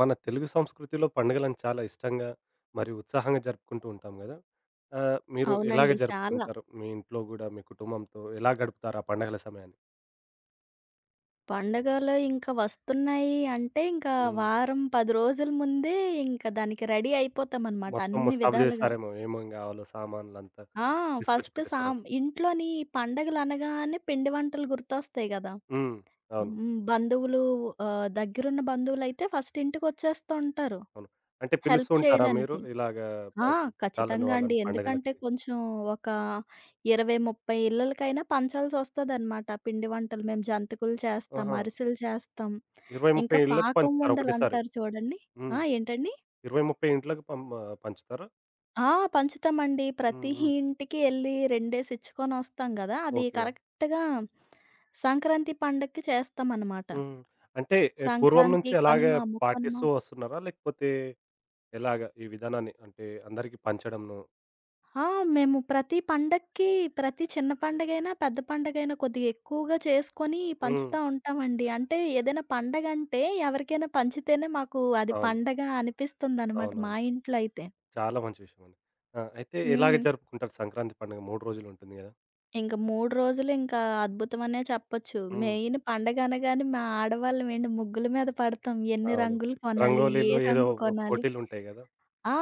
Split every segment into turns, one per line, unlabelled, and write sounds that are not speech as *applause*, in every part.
మన తెలుగు సంస్కృతిలో పండుగలను చాలా ఇష్టంగా మరియు ఉత్సాహంగా జరుపుకుంటూ ఉంటాం కదా! ఆహ్, మీరు ఎలాగ
అవునండి. చాలా.
జరుపుకుంటారు? మీ ఇంట్లో గూడా మీ కుటుంబంతో ఎలా గడుపుతారు ఆ పండగల సమయాన్ని?
పండగలు ఇంకా వస్తున్నాయి అంటే, ఇంకా
హ్మ్.
వారం, 10 రోజుల ముందే ఇంకా దానికి రెడీ అయిపోతామనమాట
మొత్తం
అన్ని
ముస్తాబు
విధాలుగా.
చేస్తారేమో ఏమేం కావాలో సామాన్లంతా
ఆ!
తీసుకొచ్చి
ఫస్ట్
పెట్టేస్తారా?
సాం ఇంట్లోని పండగలనగానే పిండి వంటలు గుర్తొస్తాయి గదా!
హ్మ్. అవును.
హ్మ్. బంధువులు ఆహ్, దగ్గరున్న బంధువులైతే ఫస్ట్ ఇంటికొచ్చేస్తూ ఉంటారు
అవును. అంటే పిలుస్తూ
హెల్ప్
ఉంటారా మీరు
చేయడానికి.
ఇలాగ
ఆ!
బాగా చుట్టాలని
ఖచ్చితంగా అండి.
వాళ్ళని
ఎందుకంటే,
పండగలకి?
కొంచెం ఒక 20, 30 ఇళ్ళలకైనా పంచాల్సొస్తదనమాట పిండి వంటలు. మేము జంతికలు చేస్తాం,
ఆహా!
అరిసెలు చేస్తాం.
20, 30
ఇంకా
ఇళ్ళకి
పాకం
పంచుతారు ఒకటేసారి.
ఉండలంటారు చూడండి.
హ్మ్.
ఆ! ఏంటండి?
20, 30 ఇంట్లకి పంచుతారా?
ఆ! పంచుతామండి. ప్రతి
హ్మ్. హ్మ్.
ఇంటికి ఎళ్లి 2 డేస్ ఇచ్చుకొనొస్తాం గదా! అది
ఓకే.
కరెక్ట్‌గా సంక్రాంతి పండక్కి చేస్తామనమాట.
హ్మ్. అంటే పూర్వం
సంక్రాంతి,
నుంచి
కనుమ,
అలాగే
ముక్కనుమ.
పాటిస్తూ వస్తున్నారా? లేకపోతే ఎలాగా ఈ విధానాన్ని? అంటే అందరికి పంచడంను.
ఆ! మేము ప్రతి పండక్కి, ప్రతి చిన్న పండగైనా, పెద్ద పండగైనా కొద్దిగా ఎక్కువగా చేసుకొని
హ్మ్.
పంచుతా ఉంటామండి. అంటే ఏదైనా పండగంటే ఎవరికైనా పంచితేనే మాకు అది
అవును.
పండగ అనిపిస్తుందనమాట మా
అవునవును.
ఇంట్లో అయితే.
చాలా మంచి విషయమండి. ఆ! అయితే ఇలాగ
హ్మ్.
జరుపుకుంటారు సంక్రాంతి పండుగ 3 రోజులుంటుంది గదా!
ఇంక 3 రోజులు ఇంకా అద్భుతమనే చెప్పొచ్చు.
హ్మ్.
మెయిన్ పండగ అనగానే మా ఆడవాళ్ళమేంటి ముగ్గుల మీద పడతాం. ఎన్ని
అవును.
రంగులు కొనాలి? ఏ
రంగోలీలో ఏదో
రంగు
ఒ
కొనాలి?
పోటీలుంటాయి గదా!
ఆ!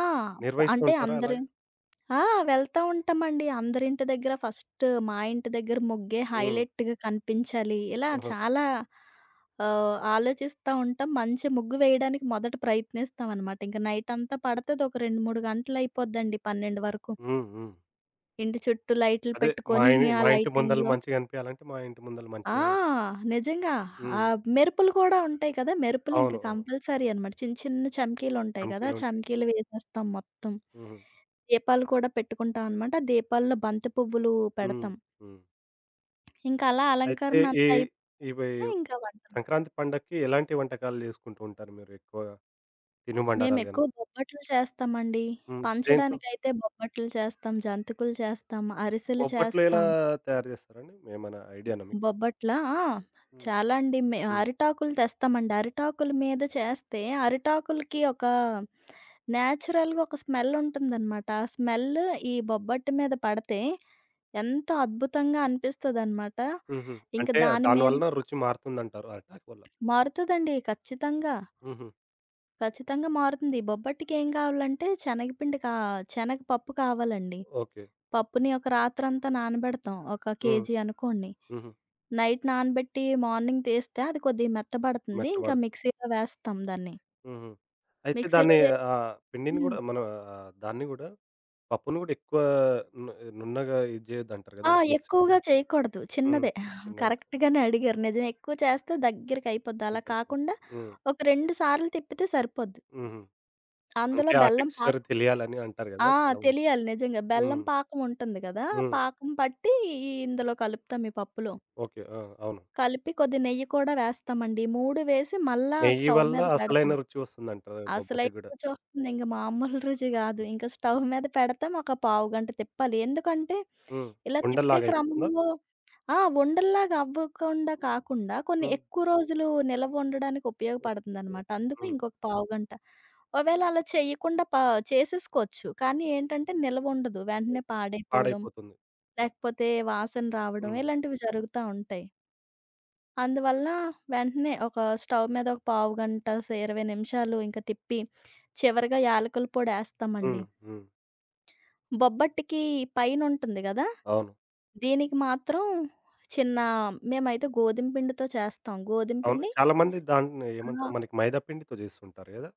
ప
నిర్వహిస్తూ
అంటే
ఉంటారా
అందరు
అలాగే?
ఆ! వెళ్తా ఉంటామండి. అందరింటి దగ్గర ఫస్ట్ మా ఇంటి దగ్గర ముగ్గే
హ్మ్.
హైలైట్‌గా కనిపించాలి. ఇలా
ఓకే.
చాలా ఆహ్, ఆలోచిస్తా ఉంటాం. మంచి ముగ్గు వేయడానికి మొదట ప్రయత్నిస్తామనమాట. ఇంక నైటంతా పడతది. ఒక 2, 3 గంటలయిపోద్దండి 12 వరకు.
హ్మ్. హ్మ్.
ఇంటి చుట్టూ లైట్లు
అదే మా
పెట్టుకొని
ఇ
ఆ
మా ఇంటి ముందల
లైటింగ్‌లో
మంచిగా అనిపియాలంటే మా ఇంటి ముందల
ఆ!
మంచిగా.
నిజంగా. ఆ
హ్మ్.
మెరుపులు కూడా ఉంటాయి కదా! మెరుపులు ఇంక
అవును. అవును.
కంపల్సరీ అనమాట. చిన్న చిన్న చమ్కీలుంటాయి కదా! ఆ
చమ్కీలుంటాయి.
చమ్కీలు వేసేస్తాం మొత్తం.
హుహు.
దీపాలు కూడా పెట్టుకుంటాం అనమాట. దీపాల్లో బంతి పువ్వులు
హ్మ్.
పెడతాం.
హ్మ్.
ఇంకా అలా
అయితే
అలంకరణ
ఈ
అంతా అయిపోతే
ఇవి
ఇంకా వంటలు.
సంక్రాంతి పండక్కి ఎలాంటి వంటకాలు చేసుకుంటూ ఉంటారు మీరు ఎక్కువగా? తినుబండారాలు
మేమెక్కువ
గాని.
బొబ్బట్లు చేస్తామండి.
హ్మ్. దేంతో?
పంచడానికైతే బొబ్బట్లు చేస్తాం, జంతికలు చేస్తాం, అరిసెలు
బొబ్బట్లు ఎలా
చేస్తాం.
తయారు చేస్తారండి? ఏమైనా ఐడియానా మీకు?
బొబ్బట్లా? ఆ!
హ్మ్.
చాలా అండి. మే
హ్మ్.
అరిటాకులు తెస్తామండి. అరిటాకుల మీద చేస్తే అరిటాకులకి ఒక నేచురల్‌గా ఒక స్మెల్ ఉంటుందనమాట. ఆ స్మెల్ ఈ బొబ్బట్టు మీద పడితే ఎంతో అద్భుతంగా అనిపిస్తదనమాట.
హుహు.
ఇంక
అంటే
దాని
దాని
మీద
వలన రుచి మారుతుందంటారు అరిటాకు వల్ల.
మారుతదండి ఖచ్చితంగా.
హుహు.
ఖచ్చితంగా మారుతుంది. ఈ బొబ్బట్టుకి ఏం కావాలంటే శనగపిండి కా శనగపప్పు కావాలండి.
ఓకే.
పప్పుని ఒక రాత్రంతా నానబెడతాం. ఒక
హ్మ్.
కేజీ అనుకోండి.
హుహు.
నైట్ నానబెట్టి మార్నింగ్ తీస్తే అది కొద్దిగా మెత్తబడుతుంది. ఇంకా
మెత్తబడుతుంది.
మిక్సీలో వేస్తాం దాన్ని.
హుహు. అయితే
మిక్సీలో
దాన్ని,
వేసి
ఆహ్, పిండిని
హ్మ్.
గూడా మన, ఆహ్, దాన్ని గూడా పప్పును గూడా ఎక్కువ ను నున్నగా ఇది చేయొద్దంటారు గదా!
ఆ!
అంటే మిక్సీ.
ఎక్కువగా చేయకూడదు.
హ్మ్.
చిన్నదే.
చిన్నగా
కరెక్ట్‌గానే అడిగారు. నిజమే. ఎక్కువ చేస్తే దగ్గరికయిపోద్ది. అలా
దగ్గరికి.
కాకుండా
హ్మ్.
ఒక 2 సార్లు తిప్పితే సరిపోద్ది.
హుహు.
అందులో
అంటే ఆ
బెల్లం
టెక్స్చర్
పాకం
తెలియాలని అంటారు
ఆ!
గదా! చాలామంది.
తెలియాలి నిజంగా. బెల్లం
హ్మ్.
పాకం ఉంటుంది గదా! ఆ
హ్మ్.
పాకం పట్టి ఈ ఇందులో కలుపుతాం ఈ పప్పులో.
ఓకే. ఆ! అవును.
కలిపి కొద్ది నెయ్యి కూడా వేస్తామండి. ఈ 3 వేసి మళ్ళా
నెయ్యి
స్టవ్
వల్ల
మీద పెడతాం.
అసలైన రుచి వస్తుందంటారు
అసలైన
బొబ్బట్టుకి గూడా.
రుచొస్తుంది. ఇంక మామూలు రుచి గాదు.
హ్మ్.
ఇంక స్టవ్ మీద పెడతాం. ఒక పావుగంట తిప్పాలి. ఎందుకంటే,
హ్మ్.
ఇలా తిప్పే
ఉండల్లాగా అయిపోతుందా?
క్రమంలో ఆ! ఉండల్లాగా అవ్వకుండా కాకుండా కొన్ని
హ్మ్.
ఎక్కువ రోజులు నిలవ ఉండడానికి
ఓకే.
ఉపయోగపడుతుందనమాట. అందుకు
హ్మ్.
ఇంకొక పావుగంట. ఒకవేళ అలా చెయ్యకుండా పా చేసేసుకోవచ్చు. కానీ ఏంటంటే, నిలవ ఉండదు. వెంటనే
ఓకే.
పాడైపోవడం,
పాడైపోతుంది.
లేకపోతే వాసన రావడం
హ్మ్.
ఇలాంటివి జరుగుతా ఉంటాయి. అందువల్ల వెంటనే ఒక స్టవ్ మీద ఒక పావుగంట సే 20 నిమిషాలు ఇంక తిప్పి చివరగా యాలకుల పొడేస్తామండి.
హ్మ్. హ్మ్.
బొబ్బట్టుకి పైనుంటుంది గదా!
అవును.
దీనికి మాత్రం చిన్న మేమైతే గోధుమ పిండితో చేస్తాం. గోధుమ
అవును.
పిండి
చాలామంది దాన్ని
ఆ!
ఏమంటారు మనకి మైదా పిండితో జేస్తుంటారు గదా!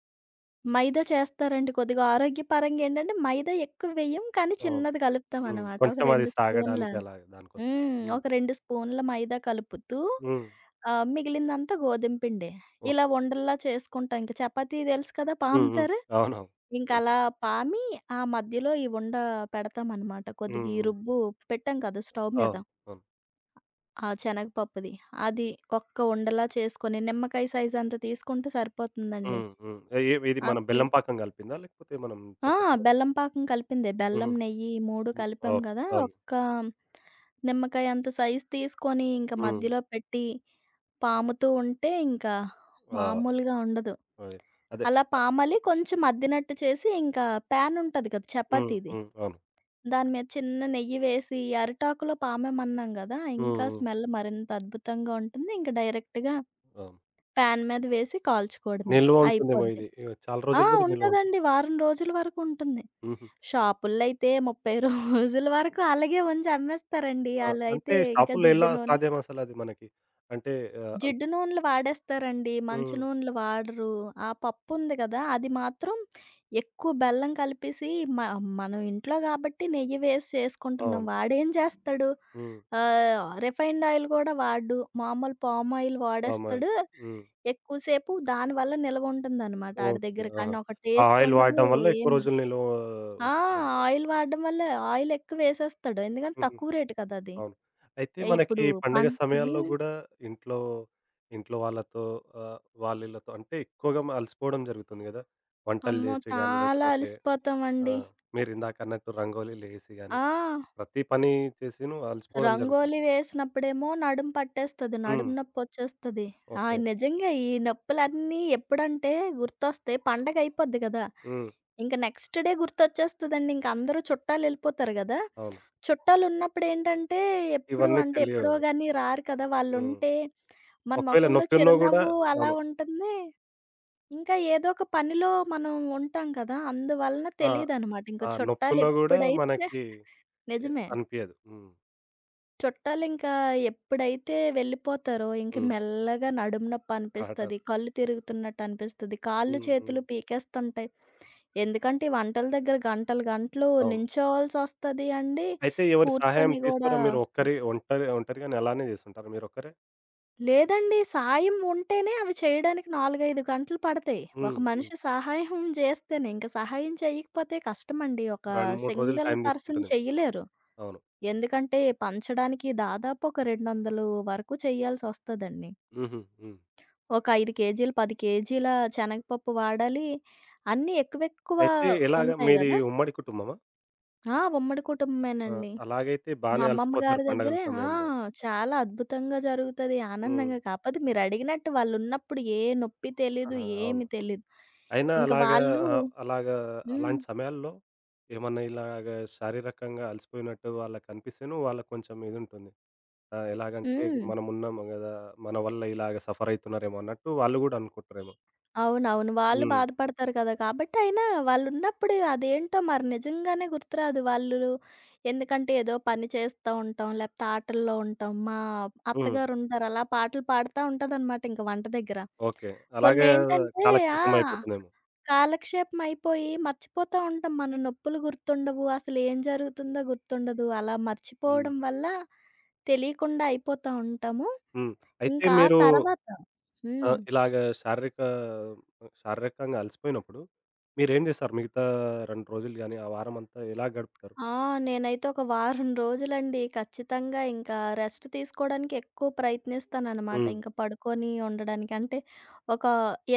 మైదా చేస్తారండి. కొద్దిగా ఆరోగ్యపరంగా ఏంటంటే మైదా ఎక్కువ వెయ్యం, కానీ
అవును.
చిన్నది
హ్మ్.
కలుపుతామనమాట. ఒక
కొంచెం అది
2 స్పూన్‌ల
సాగడానికి అలాగ దానికోసం. హ్మ్.
ఒక 2 స్పూన్‌ల మైదా కలుపుతూ
హ్మ్.
మిగిలిందంతా గోధుమ పిండే. ఇలా
ఓకే.
ఉండల్లా చేసుకుంటాం. ఇంక చపాతీ తెలుసు కదా!
హ్మ్. హ్మ్.
పాముతారు.
అవునవును. తెలుసు.
ఇంకలా పామి, ఆ మధ్యలో ఈ ఉండ పెడతామనమాట. కొద్దిగా
హ్మ్.
ఈ
హ్మ్.
రుబ్బు పెట్టాం కదా స్టవ్ మీద.
అవును. అవును.
ఆ శనగపప్పుది. అది ఒక్క ఉండలా చేసుకొని, నిమ్మకాయ సైజ్ అంత తీసుకుంటే సరిపోతుందండి.
హ్మ్. హ్మ్. ఇది
అది
మనం బెల్లం
తీస్
పాకం కలిపిందా? లేకపోతే మనం
ఆ!
చపాతీలో.
బెల్లం పాకం కలిపిందే. బెల్లం,
హుహు.
నెయ్యి ఈ 3
హ్మ్.
కలిపాం
అవును.
గదా!
అవును.
ఒక్క నిమ్మకాయ అంత సైజ్ తీసుకొని, ఇంక
హ్మ్.
మధ్యలో పెట్టి పాముతూ ఉంటే ఇంకా
ఆ!
మామూలుగా ఉండదు.
అదే. అదే.
అలా పామాలి కొంచెం అద్దినట్టు చేసి, ఇంకా ప్యానుంటది కదా!
హ్మ్.
చపాతీది.
హ్మ్. అవును.
దాని మీద చిన్న నెయ్యి వేసి ఈ అరిటాకులో పామేమన్నాం గదా!
హ్మ్.
ఇంకా
హ్మ్.
స్మెల్ మరింత అద్భుతంగా ఉంటుంది. ఇంక డైరెక్ట్‌గా
అవును.
పాన్ మీద వేసి కాల్చుకోవడమే
నిల్వ ఉంటుందేమో
అయిపోద్ది.
ఇది. ఇగ చాలా
ఆ!
రోజులు గూడా నిల్వ ఉంటుంది.
ఉంటదండి. వారం రోజుల వరకు ఉంటుంది.
హుహు.
షాపుల్లో అయితే 30 *laughs* రోజుల వరకు అలాగే ఉంచి అమ్మేస్తారండి.
ఆ!
ఆళ్ళైతే
అంటే
ఇంకా
షాపుల్లో
జిడ్డు
ఎలా
నూనె
సాధ్యం అసలది మనకి? అంటే, ఆహ్,
జిడ్డు నూనెలు వాడేస్తారండి. మంచి
హ్మ్.
నూనెలు వాడరు. ఆ పప్పుంది గదా! అది మాత్రం ఎక్కువ బెల్లం కలిపేసి మ మనం ఇంట్లో గాబట్టి నెయ్యి వేసి చేసుకుంటున్నాం.
అవును.
వాడేం జేస్తాడు
హ్మ్.
ఆహ్, రిఫైన్డ్ ఆయిల్ గూడా వాడడు. మామూలు పామ్ ఆయిల్
పామ్ ఆయిల్.
వాడేస్తాడు.
హ్మ్.
ఎక్కువ సేపు దానివల్ల నిలవుంటుందనమాట ఆడి
ఓకే.
దగ్గర.
ఆహా!
కానీ ఒక
ఆ ఆయిల్
టేస్టుండదు.
వాడడం వల్ల ఎక్కువ
ఏం
రోజులు నిల్వ
ఆ!
ఉంచుతారేమో దాన్ని.
ఆయిల్ వాడడం వల్ల ఆయిల్ ఎక్కువేసేస్తాడు. ఎందుకంటే
హుహు.
తక్కువ రేటు కదా! అది.
అవును. అయితే
ఏ ఇప్పుడు
మనకి
పం
పండగ సమయాల్లో
హ్మ్.
గూడా ఇంట్లో, ఇంట్లో వాళ్ళతో, ఆహ్, వాళ్ళీళ్ళతో అంటే ఎక్కువగా మ అలసిపోవడం జరుగుతుంది గదా! వంటలు
అమ్మో!
జేసి గాని
చాలా
లేకపోతే, ఆ!
అలసిపోతామండి.
మీరిందాకన్నట్టు రంగోలీలేసి
ఆ!
గాని ప్రతి పని చేసిను అలసిపోవడం జరుగుతుంది.
రంగోలి వేసినప్పుడేమో నడుము పట్టేస్తది. నడుము
హ్మ్.
నొప్పొచ్చేస్తది. ఆ!
ఓకే.
నిజంగా ఈ నొప్పులన్నీ ఎప్పుడంటే గుర్తొస్తాయి. పండగ అయిపోద్ది కదా!
హ్మ్.
ఇంక నెక్స్ట్ డే గుర్తొచ్చేస్తదండి. ఇంక అందరూ చుట్టాలెళ్ళిపోతారు గదా!
అవును.
చుట్టాలున్నప్పుడేంటంటే ఎప్పుడు
ఇవన్నీ
అంటే ఎప్పుడో
తెలియవు.
గాని రారు కదా!
హ్మ్.
వాళ్ళుంటే మన
ఒకవేళ
మొఖంలో
నొప్పున్నా గూడా
చిరునవ్వు అలా
అవును.
ఉంటుంది. ఇంకా ఏదో ఒక పనిలో మనం ఉంటాం కదా! అందువలన
ఆ!
తెలీదనమాట. ఇంక
ఆ!
చుట్టాలు
నొప్పున్నా గూడా
ఎప్పుడైతే
మనకి ఎ
నిజమే.
అనిపియదు. హ్మ్.
చుట్టాలింకా ఎప్పుడైతే వెళ్ళిపోతారో, ఇంక
హ్మ్.
మెల్లగా నడుము నొప్పి
ఆహటాలు.
అనిపిస్తది. కళ్ళు తిరుగుతున్నట్టు అనిపిస్తది. కాళ్ళు,
హ్మ్. హ్మ్.
చేతులు పీకేస్తుంటాయి. ఎందుకంటే, ఈ వంటల దగ్గర గంటలు, గంటలు
అవును.
నించోవాల్సొస్తది అండి.
అయితే ఎవరి సహాయం
కూర్చొని గూడా
తీసుకోరా? మీరు
వస్తది.
ఒక్కరి ఒంటరి ఒంటరిగానే అలానే చేసుంటారా మీరొక్కరే?
లేదండి. సాయం ఉంటేనే అవి చేయడానికి 4, 5 గంటలు పడతాయి. ఒక
హ్మ్. హ్మ్.
మనిషి సహాయం జేస్తేనే. ఇంక సహాయం చెయ్యకపోతే కష్టమండి. ఒక
2, 3 రోజులు
సింగిల్
టైం
పర్సన్
తీసుకుంటుందేమో.
చెయ్యలేరు.
అవును.
ఎందుకంటే పంచడానికి దాదాపు ఒక 200 వరకు చెయ్యాల్సొస్తదండి.
హుహు. హ్మ్.
ఒక 5 కేజీలు, 10 కేజీల శనగపప్పు వాడాలి. అన్నీ ఎక్కువెక్కువ
అయితే ఎలాగా
ఉంటాయి
మీది
గదా!
ఉమ్మడి కుటుంబమా?
ఆ! ఉమ్మడి
ఆ!
కుటుంబమేనండి.
అలాగైతే
మా
బానే
అమ్మమ్మ గారి
అలసిపోతారు పండగల
దగ్గరే ఆ!
సమయంలో.
చాలా అద్భుతంగా జరుగుతది.
హ్మ్.
ఆనందంగా. కాపోతే మీరడిగినట్టు వాళ్ళున్నప్పుడు ఏ నొప్పి తెలీదు,
ఆహా! అవును.
ఏమి తెలీదు.
అయినా
ఇంక
అలాగా,
వాళ్ళు
ఆహ్, అలాగా
హ్మ్.
అలాంటి సమయాల్లో ఏమన్నా ఇలాగ శారీరకంగా అలసిపోయినట్టు వాళ్ళకనిపిస్తేనో వాళ్ళకి కొంచెం ఇదుంటుంది. ఆ! ఎలాగంటే
హ్మ్.
మనమున్నాము గదా! మన వల్ల ఇలాగ సఫరయితున్నారేమో అన్నట్టు వాళ్ళు గూడా అనుకుంటారేమో.
అవునవును. వాళ్ళు
హ్మ్.
బాధపడతారు కదా! కాబట్టి అయినా వాళ్ళున్నప్పుడు అదేంటో మరి నిజంగానే గుర్తురాదు. వాళ్ళు ఎందుకంటే ఏదో పని చేస్తా ఉంటాం, లేపోతే ఆటల్లో ఉంటాం. మా
హ్మ్.
అత్తగారుంటారు అలా పాటలు పాడుతా ఉంటదనమాట ఇంక వంట దగ్గర.
ఓకే. అలాగే
కొన్నేంటంటే ఆ!
కాలక్షేపం అయిపోతుందేమో.
కాలక్షేపం అయిపోయి మర్చిపోతా ఉంటాం. మన నొప్పులు గుర్తుండవు. అసలు ఏం జరుగుతుందో గుర్తుండదు. అలా
హ్మ్.
మర్చిపోవడం వల్ల తెలియకుండా అయిపోతా ఉంటాము.
హ్మ్. అయితే
ఇంకా ఆ
మీరు,
తర్వాత హ్మ్.
ఆహ్, ఇలాగ శారీరక శారీరకంగా అలసిపోయినప్పుడు మీరేం చేస్తారు? మిగతా 2 రోజులు గాని, ఆ వారమంతా ఎలా గడుపుతారు?
ఆ! నేనైతే ఒక వారం రోజులండి ఖచ్చితంగా ఇంకా రెస్ట్ తీసుకోవడానికి ఎక్కువ ప్రయత్నిస్తాననమాట.
హ్మ్.
ఇంకా పడుకొని ఉండడానికి. అంటే ఒక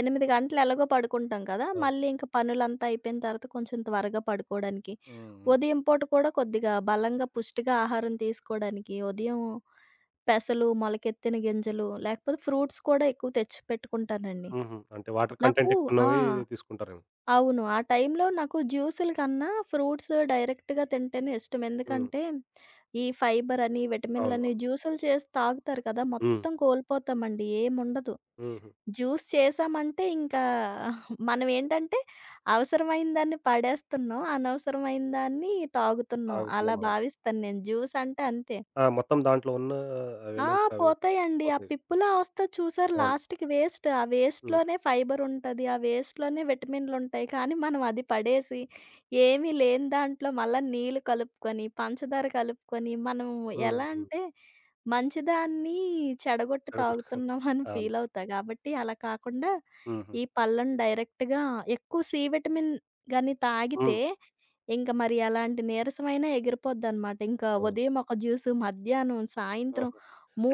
8 గంటలు ఎలాగో పడుకుంటాం కదా!
అవును.
మళ్ళీ ఇంక పనులంతా అయిపోయిన తర్వాత కొంచెం త్వరగా పడుకోవడానికి.
హ్మ్. హ్మ్.
ఉదయం పూట కూడా కొద్దిగా బలంగా పుష్టిగా ఆహారం తీసుకోవడానికి ఉదయం పెసలు, మొలకెత్తిన గింజలు లేకపోతే ఫ్రూట్స్ కూడా ఎక్కువ తెచ్చి పెట్టుకుంటానండి.
హుహు. అంటే వాటర్
నాకు
కంటెంట్
ఆ!
ఎక్కువున్నవి తీసుకుంటారేమో.
అవును. ఆ టైంలో నాకు జ్యూసుల కన్నా ఫ్రూట్స్ డైరెక్ట్‌గా తింటేనే ఇష్టం.
హ్మ్.
ఎందుకంటే, ఈ ఫైబర్ అని,
అవును.
విటమిన్‌లని
అవును.
జ్యూసులు చేసి తాగుతారు కదా!
హ్మ్.
మొత్తం కోల్పోతామండి. ఏముండదు.
హుహు.
జ్యూస్ చేసామంటే ఇంకా మనం ఏంటంటే, అవసరమైన దాన్ని పడేస్తున్నాం. అనవసరమైన దాన్ని తాగుతున్నాం. అలా
తాగుతున్నాం. అవును.
భావిస్తాను నేను. జ్యూస్ అంటే అంతే.
ఆ! మొత్తం దాంట్లో ఉన్న
ఆ!
అవేమంటారవి
పోతాయండి. ఆ
పోతాయి.
పిప్పులా వస్తది చూసారు
అవును.
లాస్ట్‌కి వేస్ట్. ఆ
హ్మ్.
వేస్ట్‌లోనే ఫైబర్ ఉంటది. ఆ వేస్ట్‌లోనే విటమిన్‌లుంటాయి. కానీ మనం అది పడేసి, ఏమీ లేని దాంట్లో మళ్ళా నీళ్ళు కలుపుకొని, పంచదార కలుపుకొని, మనం
హ్మ్.
ఎలా
హ్మ్.
అంటే మంచిదాన్ని చెడగొట్టి
చెడగొట్టుకొని
తాగుతున్నాం అని
అవును.
ఫీల్ అవుతా. కాబట్టి అలా కాకుండా,
హుహు.
ఈ పళ్ళను డైరెక్ట్‌గా ఎక్కువ సి విటమిన్ గాని
హ్మ్.
తాగితే ఇంక మరి అలాంటి నీరసమైనా ఎగిరిపోద్దనమాట. ఇంకా
అవును.
ఉదయం ఒక జ్యూసు, మధ్యాహ్నం,
ఆ!
సాయంత్రం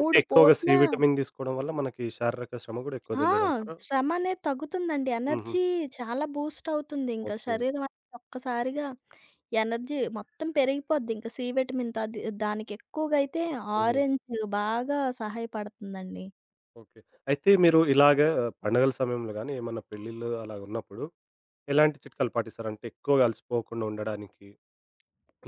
అంటే ఎక్కువగా
పూట్ల
సి విటమిన్ తీసుకోవడం వల్ల మనకి శారీరక శ్రమ గూడా ఎక్కువ
ఆ!
తెలీదంటారా?
శ్రమ అనేది తగ్గుతుందండి.
హుహు.
ఎనర్జీ చాలా బూస్ట్ అవుతుంది. ఇంకా
ఓకే.
శరీరం అనేది ఒక్కసారిగా ఎనర్జీ మొత్తం పెరిగిపోద్ది. ఇంకా సి విటమిన్ అది దానికి ఎక్కువగా అయితే
హుహు.
ఆరెంజ్ బాగా సహాయపడుతుందండి.
ఓకే. అయితే మీరు ఇలాగ పండగల సమయంలో గానీ, ఏమన్నా పెళ్ళిళ్ళు అలాగున్నప్పుడు ఎలాంటి చిట్కాలు పాటిస్తారు? అంటే ఎక్కువగా అలసిపోకుండా ఉండడానికి,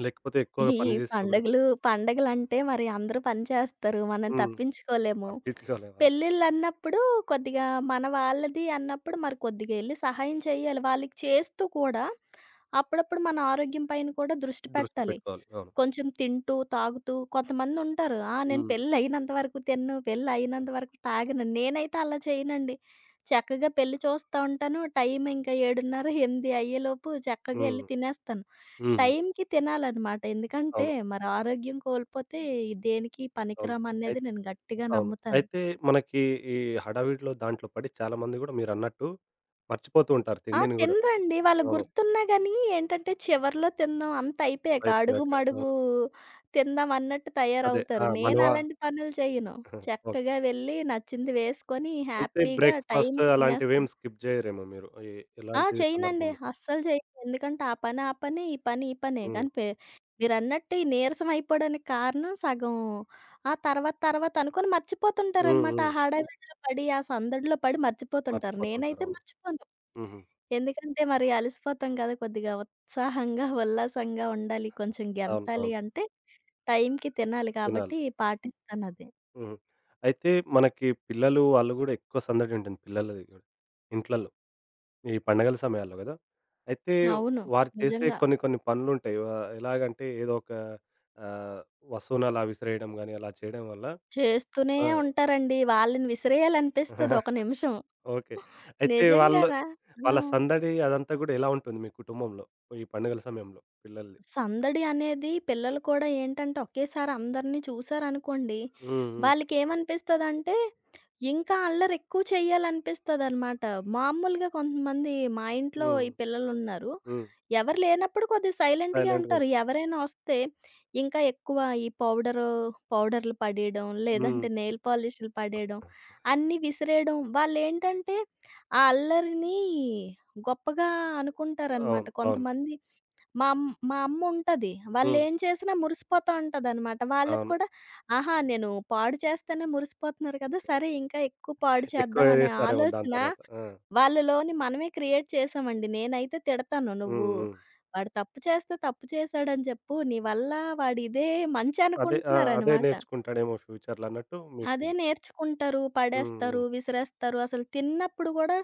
లేకపోతే ఎక్కువగా
ఈ
పని చేసినా గూడా.
పండగలు పండగలంటే మరి అందరూ పని చేస్తారు. మనం
హ్మ్.
తప్పించుకోలేము.
తప్పించుకోలేం. అవును.
పెళ్ళిళ్ళన్నప్పుడు కొద్దిగా మన వాళ్ళది అన్నప్పుడు మరి కొద్దిగా ఎళ్లి సహాయం చేయాలి. వాళ్ళకి చేస్తూ కూడా అప్పుడప్పుడు మన ఆరోగ్యం పైన కూడా దృష్టి
దృష్టి
పెట్టాలి.
పెట్టుకోవాలి. అవును.
కొంచెం తింటూ, తాగుతూ కొంతమందుంటారు. "ఆ! నేను
హ్మ్.
పెళ్ళయినంత వరకు తినను. పెళ్ళయినంత వరకు తాగను." నేనైతే అలా చేయనండి. చక్కగా పెళ్లి చూస్తా ఉంటాను. టైం ఇంకా 7:30, 8 అయ్యేలోపు చక్కగా ఎళ్లి
హ్మ్.
తినేస్తాను.
హుహు.
టైంకి తినాలనమాట. ఎందుకంటే
అవును.
మరి ఆరోగ్యం కోల్పోతే దేనికి
అవును.
పనికిరామనేది
అయిత్
నేను గట్టిగా
అవును.
నమ్ముతాను.
అయితే మనకి ఈ హడావిడిలో దాంట్లో పడి చాలా మంది గూడా మీరన్నట్టు మర్చిపోతూ ఉంటారు
ఆ!
తిండిని గూడా.
తినరండి. వాళ్ళు
అవును.
గుర్తున్నా గానీ ఏంటంటే చివర్లో తిందాం అంత అయిపోయాక అడుగు
అయిపోయాక
మడుగు తిందాం అన్నట్టు
అదే. ఆ!
తయారవుతారు. నేను
మనవా
అలాంటి పనులు చేయను.
*laughs* ఓకే.
చక్కగా వెళ్ళి నచ్చింది వేసుకొని
అయితే
హ్యాపీగా
బ్రేక్‌ఫాస్ట్
టైంకి తినేస్తాను.
అలాంటివేమి స్కిప్ జేయరేమో మీరు.
ఆ!
ఎలాంటి
చెయ్యనండి.
సందర్భంలో?
అస్సలు చెయ్యను. ఎందుకంటే ఆ పని, ఈ పనే.
హ్మ్.
కానీ పె మీరన్నట్టు ఈ నీరసం అయిపోవడానికి కారణం సగం ఆ తర్వాత తర్వాత అనుకోని
హ్మ్.
మర్చిపోతుంటారనమాట. ఆ
హ్మ్.
హడావిడిలో పడి, ఆ సందడిలో పడి మర్చిపోతుంటారు.
మర్చిపోతుంటారు.
నేనైతే
అవును.
మర్చిపోను.
హుహు.
ఎందుకంటే మరి అలసిపోతాం కదా! కొద్దిగా ఉత్సాహంగా, ఉల్లాసంగా ఉండాలి. కొంచెం
అవును.
గెంతాలి
అవును.
అంటే టైంకి తినాలి
తినాలి.
కాబట్టి పాటిస్తానది.
హుహు. అయితే మనకి పిల్లలు వాళ్ళు గూడా ఎక్కువ సందడి ఉంటుంది పిల్లలది గూడా. ఇంట్లల్లో. ఈ పండగల సమయాల్లో గదా! అయితే
అవును.
వారు చేసే
నిజంగా.
కొన్ని కొన్ని పనులుంటాయి. ఎలాగంటే ఏదో ఒక, ఆహ్, వస్తువునలా విసిరేయడం గాని అలా చేయడం వల్ల.
చేస్తూనే
ఆ!
ఉంటారండి. వాళ్ళని విసిరేయాలనిపిస్తది ఒక నిమిషం.
*laughs* ఓకే. అయితే వాళ్ళు
నిజంగానా? ఆ!
వాళ్ళ సందడి అదంతా గూడా ఎలా ఉంటుంది మీ కుటుంబంలో? ఈ పండుగల సమయంలో పిల్లలది?
సందడి అనేది పిల్లలు కూడా ఏంటంటే ఒకేసారి అందరిని చూసారనుకోండి,
హ్మ్. హ్మ్.
వాళ్ళకేమనిపిస్తదంటే, ఇంకా అల్లరెక్కువ చేయాలనిపిస్తదనమాట. మామూలుగా కొంతమంది మా ఇంట్లో
హ్మ్.
ఈ పిల్లలున్నారు.
హ్మ్.
ఎవరు లేనప్పుడు కొద్దిగా సైలెంట్‌గే ఉంటారు.
సైలెంట్‌గుంటారు.
ఎవరైనా వస్తే ఇంకా ఎక్కువ ఈ పౌడర్లు పడేయడం,
హ్మ్.
లేదంటే నెయిల్ పాలిష్‌లు పడేయడం, అన్నీ విసిరేయడం. వాళ్ళేంటంటే, ఆ అల్లరిని గొప్పగా అనుకుంటారనమాట.
అవును. అవును.
కొంతమంది మా అమ్ మా అమ్ముంటది.
హ్మ్.
వాళ్ళేం చేసినా మురిసిపోతా ఉంటదనమాట. వాళ్ళకి
అవును.
కూడా ఆహా! నేను పాడు చేస్తేనే మురిసిపోతున్నారు కదా! సరే ఇంకా ఎక్కువ పాడు చేద్దాం
ఎక్కువగా
అనే
చేస్తారేమో దాని
ఆలోచన
తర్వాత. ఆ!
వాళ్ళలోని మనమే క్రియేట్ చేసామండి. నేనైతే తిడతాను.
హ్మ్.
"నువ్వు
హ్మ్.
వాడు తప్పు చేస్తే తప్పు చేశాడని చెప్పు. నీ వల్ల వాడిదే మంచి
అదే ఆ! అదే
అనుకుంటున్నారనమాట."
నేర్చుకుంటాడేమో ఫ్యూచర్‌లో అన్నట్టు మీకు
అదే
ఇది.
నేర్చుకుంటారు,
హ్మ్.
పడేస్తారు,
హ్మ్.
విసిరేస్తారు. అసలు తిన్నప్పుడు గూడా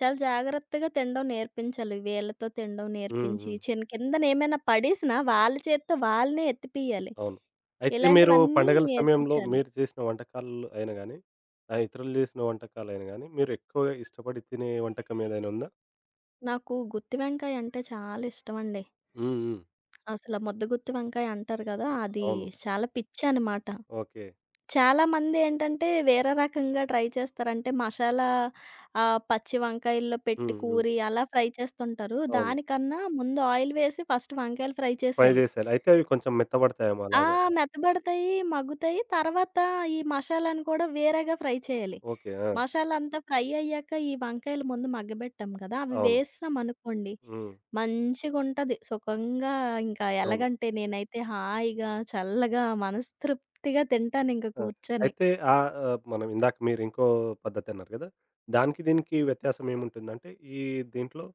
చాలా జాగ్రత్తగా తినడం నేర్పించాలి. వేళ్ళతో తినడం
హ్మ్.
నేర్పించి,
హ్మ్.
చిన్ కిందనేమైనా పడేసినా వాళ్ళ చేత్తో వాళ్ళనే ఎత్తిపియాలి.
అవును. అయితే మీరు
ఇలాంటివన్నీ
పండగల సమయంలో
నేర్పించాలి.
మీరు చేసిన వంటకాలు అయినా గానీ, ఆ ఇతరులు చేసిన వంటకాలైనా గానీ, మీరు ఎక్కువగా ఇష్టపడి తినే వంటకం ఏదైనా ఉందా?
నాకు గుత్తి వంకాయ అంటే చాలా ఇష్టమండి.
హ్మ్. హ్మ్.
అసల ముద్ద గుత్తి వంకాయ అంటారు గదా! అది
అవును.
చాలా పిచ్చనమాట.
ఓకే.
చాలామంది ఏంటంటే, వేరే రకంగా ట్రై చేస్తారు. అంటే మసాలా ఆహ్, పచ్చి వంకాయల్లో పెట్టి
హ్మ్. హ్మ్.
కూరి అలా ఫ్రై చేస్తుంటారు.
అవును.
దానికన్నా ముందు ఆయిల్ వేసి ఫస్ట్ వంకాయలు ఫ్రై
ఫ్రై
చేసేయాలి.
జేసేయాలి. అయితే అవి కొంచెం మెత్తబడతాయేమో
ఆ!
అలాగా.
మెత్తబడతాయి, మగ్గుతాయి. తర్వాత ఈ మసాలాను కూడా వేరేగా ఫ్రై చేయాలి.
ఓకే. ఆ!
మసాలా అంతా ఫ్రై అయ్యాక ఈ వంకాయలు ముందు మగ్గబెట్టాం కదా! అవి
అవును.
వేసేసామనుకోండి
హ్మ్.
మంచిగుంటది. సుఖంగా ఇంకా
అవును.
ఎలాగంటే నేనైతే హాయిగా, చల్లగా, మనస్తృప్తిగా తింటానింక
ఆ!
కూర్చొని.
అయితే, ఆహ్, ఆహ్, మనం ఇందాక మీరు ఇంకో పద్ధతన్నారు గదా! దానికి దీనికి వ్యత్యాసం ఏముంటుందంటే ఈ దీంట్లో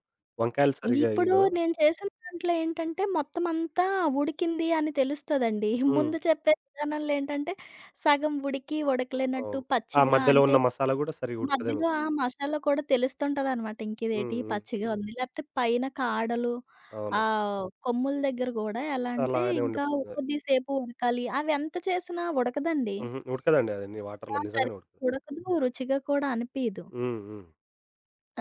వంకాయలు సరిగ్గా
ఇప్పుడు
ఏయగవా?
నేను చేసిన దాంట్లో ఏంటంటే, మొత్తం అంతా ఉడికింది అని తెలుస్తదండి.
హ్మ్.
ముందు చెప్పే విధానంలో ఏంటంటే, సగం ఉడికి, ఉడకలేనట్టు,
అవును. ఆ
పచ్చిగా
మధ్యలో
అంటే
ఉన్న మసాలా గూడా సరిగ్గా ఉడకదేమో.
మధ్యలో ఆ మసాలా కూడా తెలుస్తుంటదనమాట. ఇంకిదేటి
హ్మ్. హ్మ్.
పచ్చిగా ఉంది. లేకపోతే పైన కాడలు,
అవును.
ఆహ్, కొమ్ముల దగ్గర గూడా ఎలా అంటే,
అలానే
ఇంకా
ఉండిపోతుంది.
కొద్దిసేపు ఉడకాలి. అవి ఎంత చేసినా ఉడకదండి.
హుహు. ఉడకదండి అది నీ
ఆ!
వాటర్‌లో నిజంగానే
సరిగ్గా
ఉడకదు.
ఉడకదు, రుచిగా కూడా అనిపియదు.
హ్మ్. హ్మ్.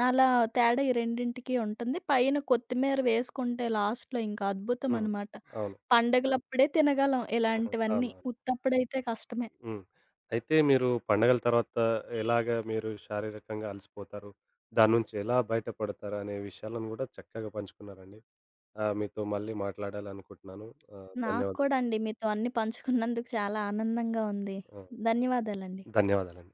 అలా తేడా ఈ రెండింటికి ఉంటుంది. పైన కొత్తిమీర వేసుకుంటే లాస్ట్‌లో ఇంకా
హ్మ్.
అద్భుతమనమాట.
అవును.
పండగలప్పుడే తినగలం
*laughs* ఆహా!
ఇలాంటివన్నీ.
అవును.
ఉత్తప్పుడైతే కష్టమే.
హ్మ్. అయితే మీరు పండగల తర్వాత ఎలాగా మీరు శారీరకంగా అలసిపోతారు? దాని నుంచి ఎలా బయటపడతారు అనే విషయాలను గూడా చక్కగా పంచుకున్నారండి. ఆహ్, మీతో మళ్ళీ మాట్లాడాలనుకుంటున్నాను. ఆహ్,
నాకు
ధన్యవాదాలు.
కూడా అండి మీతో అన్నీ పంచుకున్నందుకు చాలా ఆనందంగా ఉంది.
ఆ!
ధన్యవాదాలండి.
ధన్యవాదాలండి.